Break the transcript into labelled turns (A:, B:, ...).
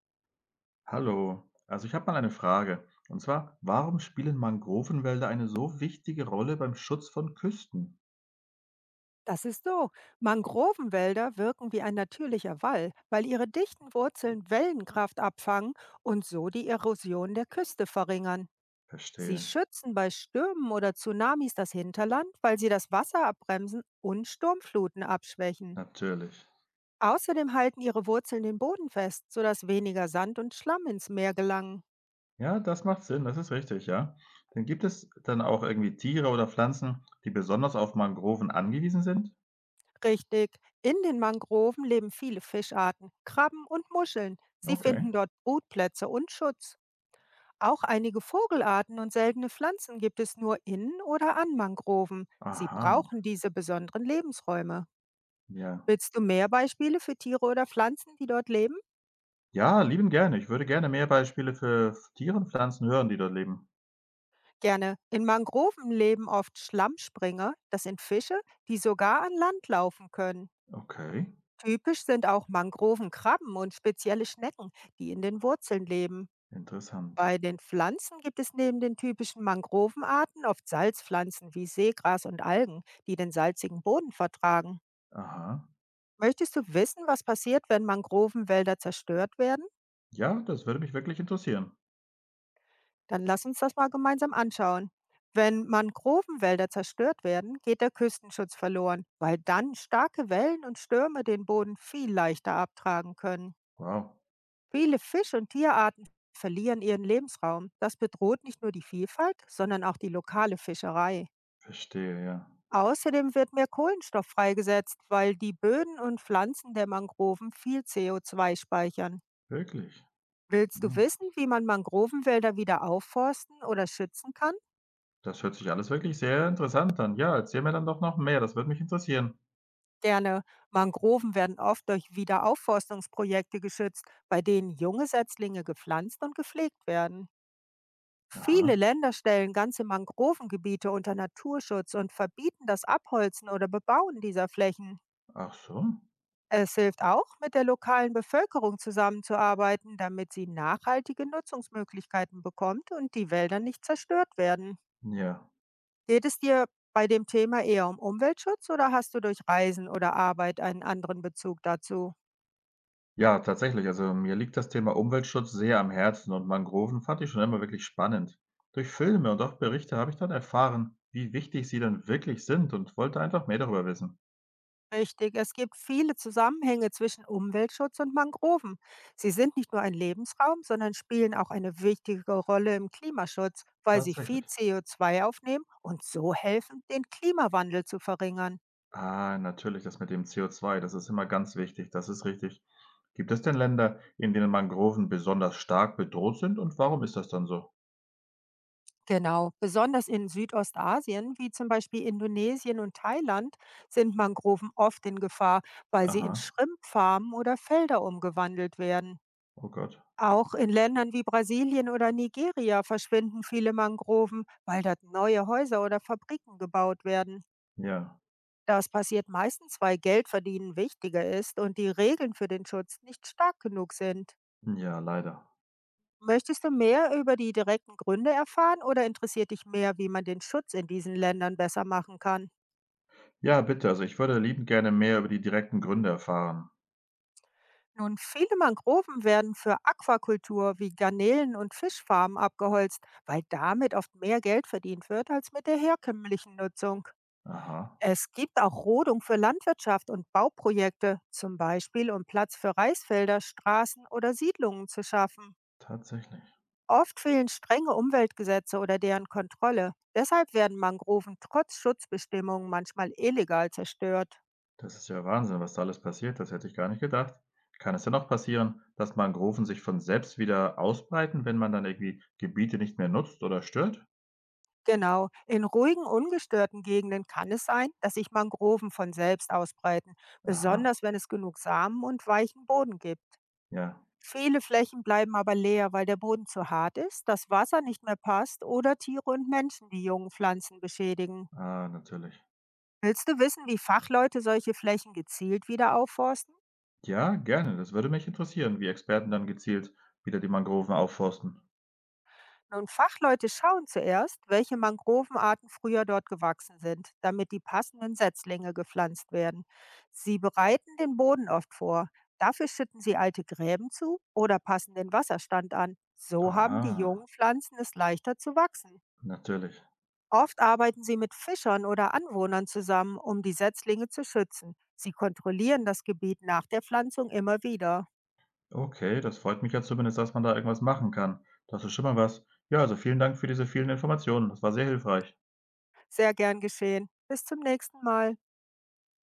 A: Hallo, also ich habe mal eine Frage. Und zwar, warum spielen Mangrovenwälder eine so wichtige Rolle beim Schutz von Küsten?
B: Das ist so. Mangrovenwälder wirken wie ein natürlicher Wall, weil ihre dichten Wurzeln Wellenkraft abfangen und so die Erosion der Küste verringern. Sie
A: Verstehe,
B: schützen bei Stürmen oder Tsunamis das Hinterland, weil sie das Wasser abbremsen und Sturmfluten abschwächen.
A: natürlich.
B: Außerdem halten ihre Wurzeln den Boden fest, sodass weniger Sand und Schlamm ins Meer gelangen.
A: Ja, das macht Sinn, das ist richtig, ja. Denn gibt es dann auch irgendwie Tiere oder Pflanzen, die besonders auf Mangroven angewiesen sind?
B: Richtig, in den Mangroven leben viele Fischarten, Krabben und Muscheln. Sie
A: Okay.
B: finden dort Brutplätze und Schutz. Auch einige Vogelarten und seltene Pflanzen gibt es nur in oder an Mangroven. Sie
A: Aha,
B: brauchen diese besonderen Lebensräume.
A: ja.
B: Willst du mehr Beispiele für Tiere oder Pflanzen, die dort leben?
A: Ja, lieben gerne. Ich würde gerne mehr Beispiele für Tiere und Pflanzen hören, die dort leben.
B: Gerne. In Mangroven leben oft Schlammspringer, das sind Fische, die sogar an Land laufen können.
A: Okay,
B: Typisch sind auch Mangrovenkrabben und spezielle Schnecken, die in den Wurzeln leben.
A: interessant.
B: Bei den Pflanzen gibt es neben den typischen Mangrovenarten oft Salzpflanzen wie Seegras und Algen, die den salzigen Boden vertragen.
A: Aha.
B: Möchtest du wissen, was passiert, wenn Mangrovenwälder zerstört werden?
A: Ja, das würde mich wirklich interessieren.
B: Dann lass uns das mal gemeinsam anschauen. Wenn Mangrovenwälder zerstört werden, geht der Küstenschutz verloren, weil dann starke Wellen und Stürme den Boden viel leichter abtragen können.
A: Wow,
B: Viele Fisch- und Tierarten verlieren ihren Lebensraum. Das bedroht nicht nur die Vielfalt, sondern auch die lokale Fischerei.
A: verstehe, ja.
B: Außerdem wird mehr Kohlenstoff freigesetzt, weil die Böden und Pflanzen der Mangroven viel CO2 speichern.
A: Wirklich.
B: Willst du
A: Ah,
B: wissen, wie man Mangrovenwälder wieder aufforsten oder schützen kann?
A: das hört sich alles wirklich sehr interessant an. Ja, erzähl mir dann doch noch mehr, das würde mich interessieren.
B: Gerne. Mangroven werden oft durch Wiederaufforstungsprojekte geschützt, bei denen junge Setzlinge gepflanzt und gepflegt werden. Viele
A: Aha,
B: Länder stellen ganze Mangrovengebiete unter Naturschutz und verbieten das Abholzen oder Bebauen dieser Flächen.
A: ach so,
B: Es hilft auch, mit der lokalen Bevölkerung zusammenzuarbeiten, damit sie nachhaltige Nutzungsmöglichkeiten bekommt und die Wälder nicht zerstört werden.
A: ja.
B: Geht es dir bei dem Thema eher um Umweltschutz oder hast du durch Reisen oder Arbeit einen anderen Bezug dazu?
A: Ja, tatsächlich, also mir liegt das Thema Umweltschutz sehr am Herzen und Mangroven fand ich schon immer wirklich spannend. Durch Filme und auch Berichte habe ich dann erfahren, wie wichtig sie dann wirklich sind und wollte einfach mehr darüber wissen.
B: Richtig, es gibt viele Zusammenhänge zwischen Umweltschutz und Mangroven. Sie sind nicht nur ein Lebensraum, sondern spielen auch eine wichtige Rolle im Klimaschutz, weil sie viel
A: Tatsächlich.
B: CO2 aufnehmen und so helfen, den Klimawandel zu verringern.
A: Ah, natürlich, das mit dem CO2, das ist immer ganz wichtig, das ist richtig. Gibt es denn Länder, in denen Mangroven besonders stark bedroht sind und warum ist das dann so?
B: Genau, besonders in Südostasien, wie zum Beispiel Indonesien und Thailand, sind Mangroven oft in Gefahr, weil sie in
A: Aha,
B: Schrimpfarmen oder Felder umgewandelt werden.
A: oh Gott.
B: Auch in Ländern wie Brasilien oder Nigeria verschwinden viele Mangroven, weil dort neue Häuser oder Fabriken gebaut werden.
A: Ja,
B: Das passiert meistens, weil Geldverdienen wichtiger ist und die Regeln für den Schutz nicht stark genug sind.
A: ja, leider.
B: Möchtest du mehr über die direkten Gründe erfahren oder interessiert dich mehr, wie man den Schutz in diesen Ländern besser machen kann?
A: Ja, bitte. Also, ich würde liebend gerne mehr über die direkten Gründe erfahren.
B: Nun, viele Mangroven werden für Aquakultur wie Garnelen und Fischfarmen abgeholzt, weil damit oft mehr Geld verdient wird als mit der herkömmlichen Nutzung.
A: Aha,
B: Es gibt auch Rodung für Landwirtschaft und Bauprojekte, zum Beispiel um Platz für Reisfelder, Straßen oder Siedlungen zu schaffen.
A: tatsächlich.
B: Oft fehlen strenge Umweltgesetze oder deren Kontrolle. Deshalb werden Mangroven trotz Schutzbestimmungen manchmal illegal zerstört.
A: Das ist ja Wahnsinn, was da alles passiert. Das hätte ich gar nicht gedacht. Kann es denn noch passieren, dass Mangroven sich von selbst wieder ausbreiten, wenn man dann irgendwie Gebiete nicht mehr nutzt oder stört?
B: Genau, in ruhigen, ungestörten Gegenden kann es sein, dass sich Mangroven von selbst ausbreiten,
A: Aha,
B: besonders wenn es genug Samen und weichen Boden gibt.
A: ja,
B: Viele Flächen bleiben aber leer, weil der Boden zu hart ist, das Wasser nicht mehr passt oder Tiere und Menschen die jungen Pflanzen beschädigen.
A: ah, natürlich.
B: Willst du wissen, wie Fachleute solche Flächen gezielt wieder aufforsten?
A: Ja, gerne. Das würde mich interessieren, wie Experten dann gezielt wieder die Mangroven aufforsten.
B: Nun, Fachleute schauen zuerst, welche Mangrovenarten früher dort gewachsen sind, damit die passenden Setzlinge gepflanzt werden. Sie bereiten den Boden oft vor. Dafür schütten sie alte Gräben zu oder passen den Wasserstand an. So haben
A: Aha,
B: die jungen Pflanzen es leichter zu wachsen.
A: natürlich.
B: Oft arbeiten sie mit Fischern oder Anwohnern zusammen, um die Setzlinge zu schützen. Sie kontrollieren das Gebiet nach der Pflanzung immer wieder.
A: Okay, das freut mich ja zumindest, dass man da irgendwas machen kann. Das ist schon mal was. Ja, also vielen Dank für diese vielen Informationen. Das war sehr hilfreich.
B: Sehr gern geschehen. Bis zum nächsten Mal.